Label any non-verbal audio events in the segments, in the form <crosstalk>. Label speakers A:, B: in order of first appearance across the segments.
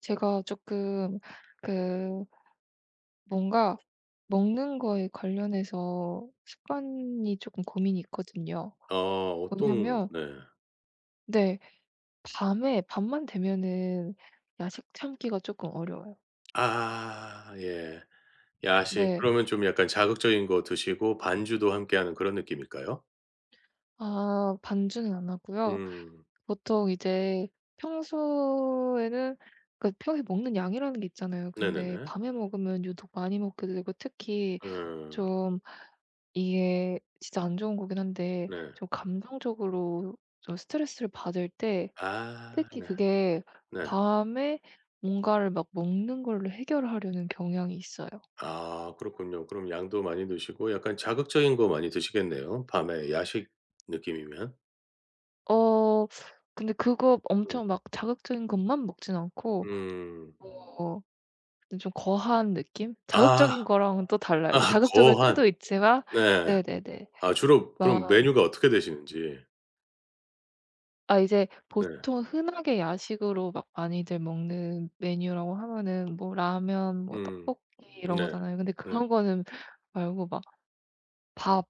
A: 제가 조금 그 뭔가 먹는 거에 관련해서 습관이 조금 고민이 있거든요.
B: 어 어떤
A: 뭐냐면
B: 네.
A: 네. 밤에 밤만 되면은 야식 참기가 조금 어려워요.
B: 아 예. 야식.
A: 네.
B: 그러면 좀 약간 자극적인 거 드시고 반주도 함께하는 그런 느낌일까요?
A: 아 반주는 안 하고요.
B: 음.
A: 보통 이제 평소에는 그 평소에 먹는 양이라는 게 있잖아요. 근데
B: 네네네.
A: 밤에 먹으면 유독 많이 먹게 되고 특히
B: 음.
A: 좀 이게 진짜 안 좋은 거긴 한데
B: 네.
A: 좀 감정적으로 좀 스트레스를 받을 때
B: 아
A: 특히
B: 네.
A: 그게
B: 네.
A: 밤에 뭔가를 막 먹는 걸로 해결하려는 경향이 있어요.
B: 아 그렇군요. 그럼 양도 많이 드시고 약간 자극적인 거 많이 드시겠네요. 밤에 야식 느낌이면.
A: 어 근데 그거
B: 음.
A: 엄청 막 자극적인 것만 먹진 않고.
B: 음.
A: 어 근데 좀 거한 느낌?
B: 아.
A: 자극적인 거랑은 또
B: <laughs>
A: 달라요. 그
B: 아
A: 자극적일
B: 거한.
A: 때도 있지만.
B: 네.
A: 네네네.
B: 아 주로 그럼 메뉴가 어떻게 되시는지.
A: 아 이제
B: 네.
A: 보통 흔하게 야식으로 막 많이들 먹는 메뉴라고 하면은 뭐 라면 뭐
B: 음.
A: 떡볶이 이런
B: 네.
A: 거잖아요. 근데
B: 네.
A: 그런 거는 말고 밥,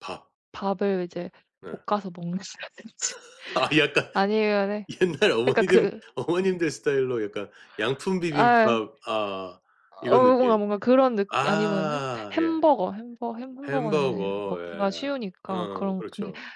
B: 밥.
A: 밥을 이제
B: 네.
A: 볶아서 먹는다든지
B: 아
A: <laughs>
B: 약간
A: 아니면은
B: 옛날
A: 약간
B: 어머니들
A: 그
B: 어머님들 스타일로 약간 양품
A: 아
B: 비빔밥 아
A: 어
B: 이런
A: 뭔가,
B: 느낌.
A: 뭔가 그런 느낌 아니면은
B: 아 예.
A: 햄버거는
B: 햄버거
A: 이제 먹기가
B: 예.
A: 쉬우니까
B: 어
A: 그런. 근데
B: 그렇죠.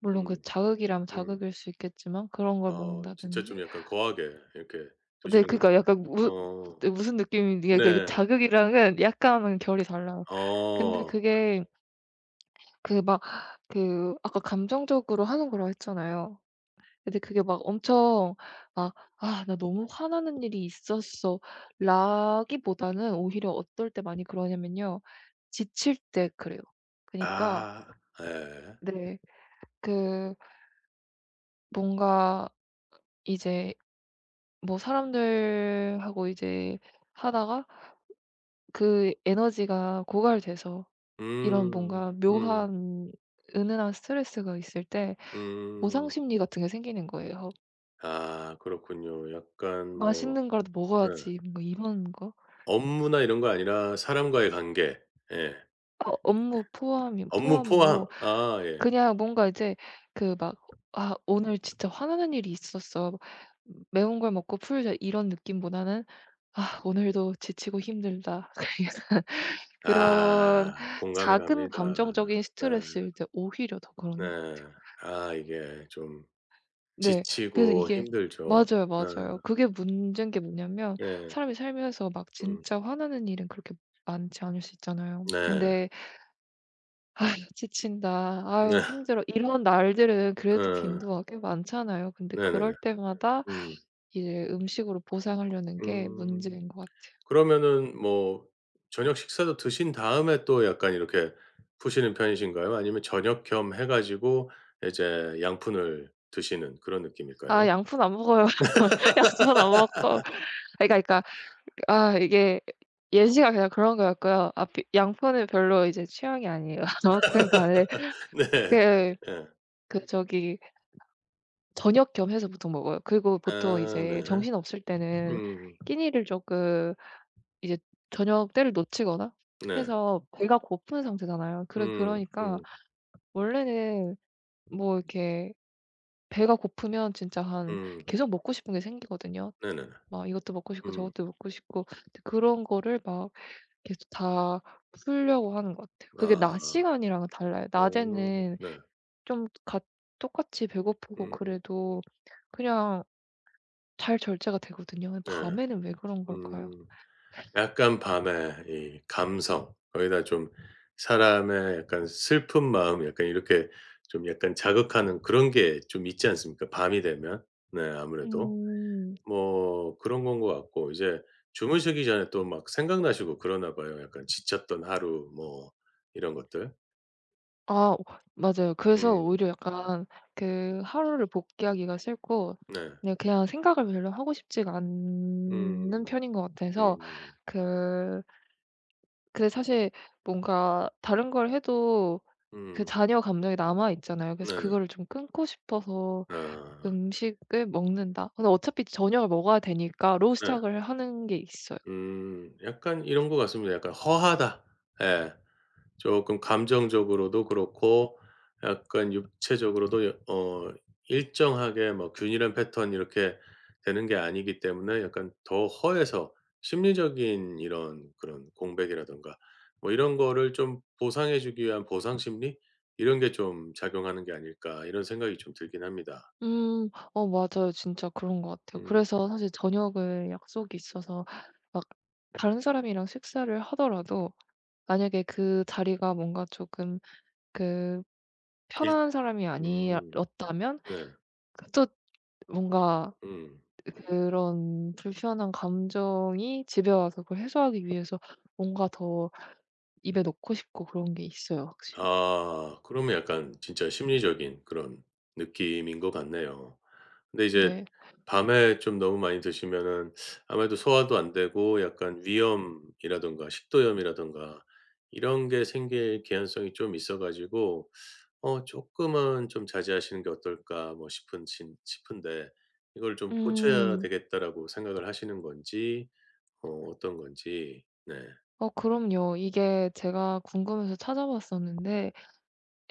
A: 물론 그
B: 음.
A: 자극이라면
B: 음.
A: 자극일 수 있겠지만 그런 걸
B: 진짜 좀
A: 먹는다든지.
B: 약간 거하게 이렇게
A: 네
B: 드시는군요.
A: 그러니까 약간 무
B: 어.
A: 네 무슨 느낌인지. 그러니까 이게
B: 네.
A: 자극이랑은 약간은 결이 달라요. 근데
B: 어.
A: 그게 그 막 그 아까 감정적으로 하는 거라고 했잖아요. 근데 그게 막 엄청 막 '아 나 너무 화나는 일이 있었어.' 라기보다는 오히려 어떨 때 많이 그러냐면요. 지칠 때 그래요. 그니까
B: 아 예.
A: 네 그 뭔가 이제 뭐 사람들하고 이제 하다가 그 에너지가 고갈돼서 이런
B: 음.
A: 뭔가
B: 음.
A: 묘한 은은한 스트레스가 있을 때 보상
B: 음.
A: 심리 같은 게 생기는 거예요.
B: 아 그렇군요. 약간 뭐
A: '맛있는 거라도
B: 네
A: 먹어야지.' 뭔가 이런 거.
B: 업무나 이런 거 아니라 사람과의 관계. 예.
A: 어 업무 포함이
B: 업무 포함.
A: 포함으로.
B: 아 예.
A: 그냥 뭔가 이제 그 막 '아 오늘 진짜 화나는 일이 있었어. 매운 걸 먹고 풀자.' 이런 느낌보다는 '아 오늘도 지치고 힘들다.' <laughs> 그런
B: 아 공감이
A: 작은
B: 갑니다.
A: 감정적인
B: 네.
A: 스트레스일 때 오히려 더 그
B: 네.
A: 런 것 같아요.
B: 아 이게 좀
A: 네. 그래서
B: 지치고
A: 이게
B: 힘들죠.
A: 맞아요,
B: 네.
A: 맞아요. 그게 문제인 게 뭐냐면
B: 네.
A: 사람이 살면서 막
B: 음.
A: 진짜 화나는 일은 그렇게 많지 않을 수 있잖아요.
B: 네.
A: 근데 <laughs> '아유 지친다.
B: 네.
A: 아유 힘들어.' 이런 날들은 그래도
B: 어.
A: 빈도가 꽤 많잖아요. 근데 그럴
B: 네네네.
A: 때마다
B: 음.
A: 이제 음식으로 보상하려는 게
B: 음.
A: 문제인 것 같아요.
B: 그러면은 뭐 저녁 식사도 드신 다음에 또 약간 이렇게 푸시는 편이신가요? 아니면 저녁 겸 해 가지고 이제 양푼을 드시는 그런
A: 아
B: 느낌일까요?
A: 양푼 안 먹어요. <laughs>
B: <laughs>
A: 양푼 안 먹고 아 그러니까 아 이게 예시가 그냥 그런 거였고요. 아 비 양푼은 별로 이제 취향이 아니에요. <laughs> 아무튼 간에
B: 네.
A: 그
B: 예.
A: 그 저기 저녁 겸 해서 보통 먹어요. 그리고 보통
B: 아
A: 이제
B: 네.
A: 정신없을 때는
B: 음.
A: 끼니를 쪼끔 이제 저녁 때를 놓치거나
B: 네.
A: 해서 배가 고픈 상태잖아요. 그래
B: 음.
A: 그러니까
B: 음.
A: 원래는 뭐 이렇게 배가 고프면 진짜 한
B: 음.
A: 계속 먹고 싶은 게 생기거든요.
B: 네네네.
A: 막 이것도 먹고 싶고
B: 음.
A: 저것도 먹고 싶고 근데 그런 거를 막 계속 다 풀려고 하는 것 같아요. 그게
B: 아.
A: 낮 시간이랑은 달라요.
B: 어.
A: 낮에는
B: 네.
A: 좀 같 똑같이 배고프고
B: 음음.
A: 그래도 그냥 잘 절제가 되거든요.
B: 네.
A: 밤에는 왜 그런 걸까요?
B: 음. 약간 밤에 이 감성 거기다 좀 사람의 약간 슬픈 마음 약간 이렇게 좀 약간 자극하는 그런 게 좀 있지 않습니까? 밤이 되면. 네 아무래도.
A: 음.
B: 뭐 그런 건 것 같고 이제 주무시기 전에 또 막 생각나시고 그러나 봐요. 약간 지쳤던 하루 뭐 이런 것들.
A: 아 맞아요. 그래서
B: 음.
A: 오히려 약간 그 하루를 복귀하기가 싫고
B: 네.
A: 네 그냥 생각을 별로 하고 싶지가 않는
B: 음.
A: 편인 것 같아서.
B: 음.
A: 그 근데 사실 뭔가 다른 걸 해도 그
B: 음.
A: 잔여 감정이 남아 있잖아요. 그래서
B: 네네.
A: 그거를 좀 끊고 싶어서
B: 아.
A: 음식을 먹는다. 근데 어차피 저녁을 먹어야 되니까 로
B: 네.
A: 시작을 하는 게 있어요.
B: 음. 약간 이런 것 같습니다. 약간 허하다. 예. 쪼끔 감정적으로도 그렇고 약간 육체적으로도 여 어 일정하게 뭐 균일한 패턴 이렇게 되는 게 아니기 때문에 약간 더 허해서 심리적인 이런 그런 공백이라든가 뭐 이런 거를 좀 보상해 주기 위한 보상 심리 이런 게 좀 작용하는 게 아닐까 이런 생각이 좀 들긴 합니다.
A: 음. 어 맞아요. 진짜 그런 것 같아요.
B: 음. 음.
A: 그래서 사실 저녁을 약속이 있어서 막 다른 사람이랑 식사를 하더라도 만약에 그 자리가 뭔가 조금 그
B: 일
A: 편한 사람이
B: 음.
A: 아니었다면
B: 네.
A: 그 또 뭔가
B: 음.
A: 그런 불편한 감정이 집에 와서 그걸 해소하기 위해서 뭔가 더 입에 넣고 싶고 그런 게 있어요 확실히.
B: 아 그러면 약간 진짜 심리적인 그런 느낌인 것 같네요. 근데 이제
A: 네.
B: 밤에 좀 너무 많이 드시면은 아무래도 소화도 안 되고 약간 위염이라든가 식도염이라든가 이런 게 생길 개연성이 좀 있어 가지고 어 조금은 좀 자제하시는 게 어떨까?' 뭐 싶은데 이걸 좀 '고쳐야
A: 음.
B: 되겠다.'라고 생각을 하시는 건지 어 어떤 건지. 네.
A: 어 그럼요. 이게 제가 궁금해서 찾아봤었는데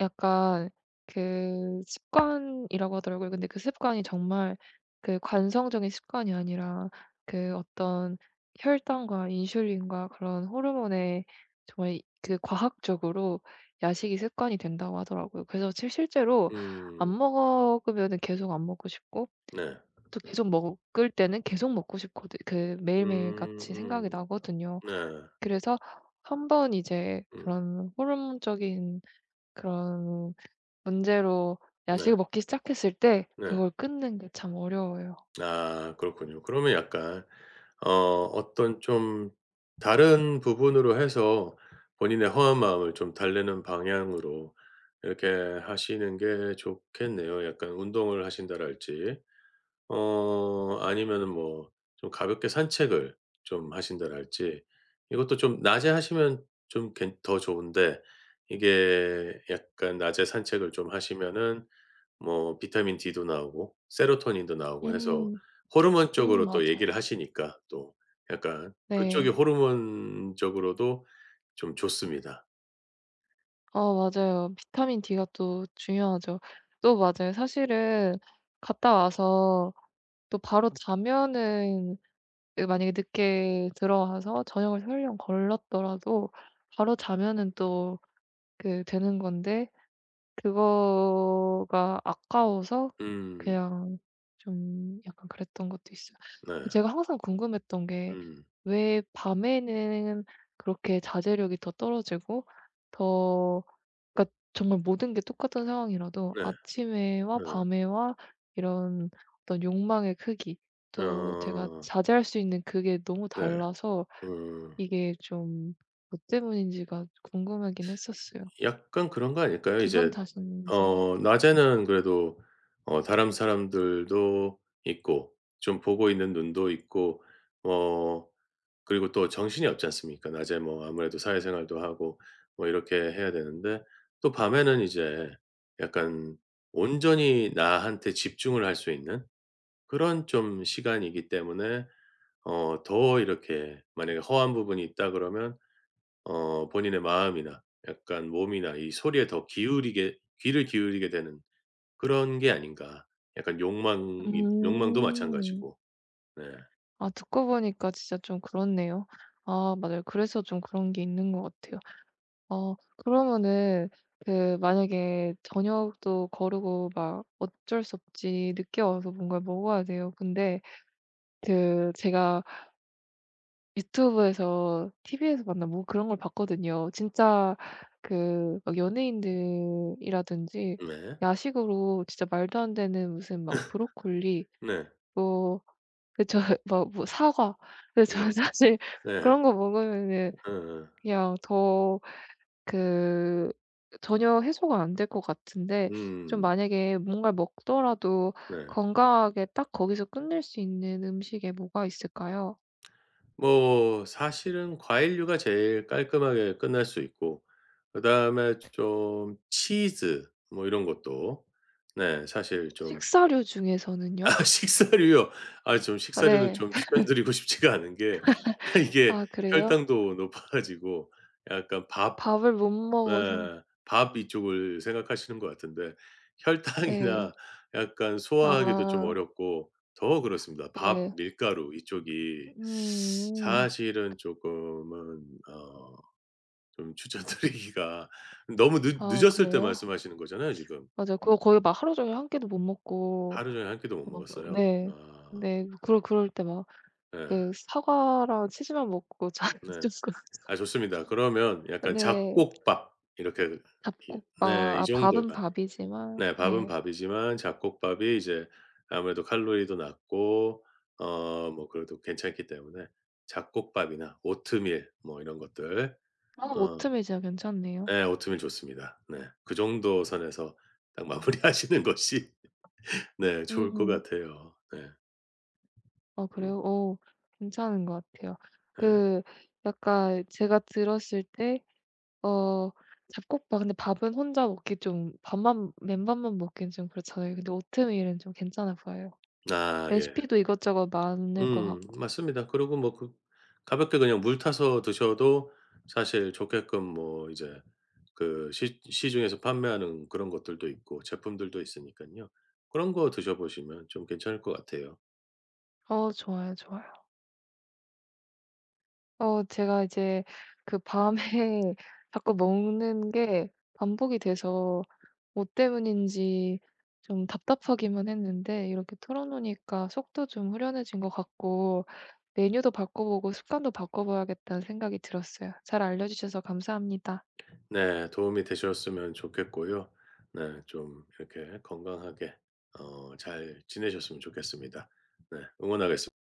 A: 약간 그 습관이라고 하더라고요. 근데 그 습관이 정말 그 관성적인 습관이 아니라 그 어떤 혈당과 인슐린과 그런 호르몬에 정말 이 그 과학적으로 야식이 습관이 된다고 하더라고요. 그래서 실 실제로
B: 음.
A: 안 먹으면은 계속 안 먹고 싶고
B: 네.
A: 또 계속 먹을 때는 계속 먹고 싶거든 그
B: 음
A: 매일매일같이 생각이
B: 음.
A: 나거든요.
B: 네.
A: 그래서 한번 이제
B: 음.
A: 그런 호르몬적인 그런 문제로 야식을
B: 네.
A: 먹기 시작했을 때
B: 네.
A: 그걸 끊는 게 참 어려워요.
B: 아 그렇군요. 그러면 약간 어 어떤 좀 다른 부분으로 해서 본인의 허한 마음을 좀 달래는 방향으로 이렇게 하시는 게 좋겠네요. 약간 운동을 하신다랄지 어 아니면은 뭐 좀 가볍게 산책을 좀 하신다랄지 이것도 좀 낮에 하시면 좀 괜 더 좋은데 이게 약간 낮에 산책을 좀 하시면은 뭐 비타민 D도 나오고 세로토닌도 나오고 해서
A: 음.
B: 호르몬 쪽으로 또 얘기를
A: 맞아요.
B: 하시니까 또 약간 그쪽이
A: 네.
B: 호르몬적으로도 좀 좋습니다.
A: 어 맞아요. 비타민 D가 또 중요하죠. 또 맞아요. 사실은 갔다 와서 또 바로 자면은 그 만약에 늦게 들어와서 저녁을 설령 걸렀더라도 바로 자면은 또 그 되는 건데 그거가 아까워서
B: 음.
A: 그냥 좀 약간 그랬던 것도 있어요.
B: 네.
A: 제가 항상 궁금했던 게
B: 음.
A: 왜 밤에는 그렇게 자제력이 더 떨어지고 더 그러니까 정말 모든 게 똑같은 상황이라도
B: 네.
A: 아침에와
B: 네.
A: 밤에와 이런 어떤 욕망의 크기 또 제가
B: 어.
A: 자제할 수 있는 그게 너무
B: 네.
A: 달라서
B: 음.
A: 이게 좀 뭐 때문인지가 궁금하긴 했었어요.
B: 약간 그런 거 아닐까요?
A: 기분
B: 이제
A: 탓인지.
B: 어 낮에는 그래도 어 다른 사람들도 있고 좀 보고 있는 눈도 있고 어 그리고 또 정신이 없지 않습니까? 낮에 뭐 아무래도 사회생활도 하고 뭐 이렇게 해야 되는데 또 밤에는 이제 약간 온전히 나한테 집중을 할 수 있는 그런 좀 시간이기 때문에 어 더 이렇게 만약에 허한 부분이 있다 그러면 어 본인의 마음이나 약간 몸이나 이 소리에 더 기울이게 귀를 기울이게 되는 그런 게 아닌가. 약간 욕망이 욕망도
A: 음.
B: 마찬가지고. 네.
A: 아 듣고 보니까 진짜 좀 그렇네요. 아 맞아요. 그래서 좀 그런 게 있는 것 같아요. 어 그러면은 그 만약에 저녁도 거르고 막 어쩔 수 없지 늦게 와서 뭔가 먹어야 돼요. 근데 그 제가 유튜브에서 TV에서 봤나 뭐 그런 걸 봤거든요. 진짜 그 막 연예인들이라든지
B: 네.
A: 야식으로 진짜 말도 안 되는 무슨 막 브로콜리
B: <laughs> 네.
A: 뭐 그쵸. <laughs> 뭐 뭐 사과. 근데 저는
B: 어.
A: 사실 <laughs>
B: 네.
A: 그런 거 먹으면은
B: 어 어.
A: 그냥 더 그 전혀 해소가 안 될 것 같은데 좀
B: 음
A: 만약에 뭔가를 먹더라도
B: 네.
A: 건강하게 딱 거기서 끝낼 수 있는 음식에 뭐가 있을까요?
B: 뭐 사실은 과일류가 제일 깔끔하게 끝날 수 있고 그다음에 좀 치즈 뭐 이런 것도 네 사실 좀
A: 식사류
B: <laughs>
A: 중에서는요?
B: 아 식사류요. 아 좀
A: 아
B: 식사류는
A: 네.
B: 좀 추천드리고 <laughs> 싶지가 않은 게 <laughs> 이게
A: 아 그래요?
B: 혈당도 높아지고 약간 밥
A: 밥을 못
B: 네.
A: 먹어서.
B: 밥 이쪽을 생각하시는 것 같은데
A: 네.
B: 혈당이나 약간 소화하기도 좀
A: 아
B: 어렵고 더 그렇습니다. 밥,
A: 네.
B: 밀가루 이쪽이
A: 음. 음.
B: 사실은 쪼끔은 어 좀 추천드리기가 <laughs> 너무 늦
A: 아
B: 늦었을 때
A: 그래요?
B: 말씀하시는 거잖아요 지금.
A: 맞아요. 그거 거의 막 하루 종일 한 끼도 못 먹고
B: 하루 종일 한 끼도 못
A: 어
B: 먹었어요.
A: 네.
B: 아
A: 네. 그럴 때 막
B: 네.
A: 그 사과랑 치즈만 먹고 저는 <laughs>
B: 네.
A: 조금,
B: 아 좋습니다. 그러면 약간
A: 네.
B: 잡곡밥 이렇게 이
A: 잡곡밥
B: 네 이
A: 아 밥은
B: 정도가
A: 밥이지만
B: 네. 밥은
A: 네.
B: 밥이지만 잡곡밥이 이제 아무래도 칼로리도 낮고 어 뭐 그래도 괜찮기 때문에 잡곡밥이나 오트밀 뭐 이런 것들
A: 아
B: 어
A: 오트밀 진짜 괜찮네요.
B: 예 오트밀 좋습니다. 네. 그 정도 선에서 딱 <laughs> 마무리하시는 것이 네 좋을 것
A: 음.
B: 같아요. 네.
A: 아
B: 음
A: 그래요? 오 괜찮은 것 같아요.
B: 네.
A: 그 약간 제가 들었을 때 어 잡곡밥 근데 밥은 혼자 먹기 좀 밥만 맨밥만 먹기는 좀 그렇잖아요. 근데 오트밀은 좀 괜찮아 보여요.
B: 아 예.
A: 레시피도 이것저것 많을 것 같고.
B: 맞습니다. 그리고 뭐 그 가볍게 그냥 물 타서 드셔도 사실 좋게끔 뭐 이제 그 시 시중에서 판매하는 그런 것들도 있고 제품들도 있으니깐요. 그런 거 드셔 보시면 좀 괜찮을 것 같아요.
A: 어 좋아요, 좋아요. 어 제가 이제 그 밤에 <laughs> 자꾸 먹는 게 반복이 돼서 뭐 때문인지 좀 답답하기만 했는데 이렇게 털어 놓으니까 속도 좀 후련해진 것 같고 '메뉴도 바꿔 보고 습관도 바꿔 봐야겠다.'는 생각이 들었어요. 잘 알려 주셔서 감사합니다.
B: 네. 도움이 되셨으면 좋겠고요. 네. 좀 이렇게 건강하게 어 잘 지내셨으면 좋겠습니다. 네. 응원하겠습 니다.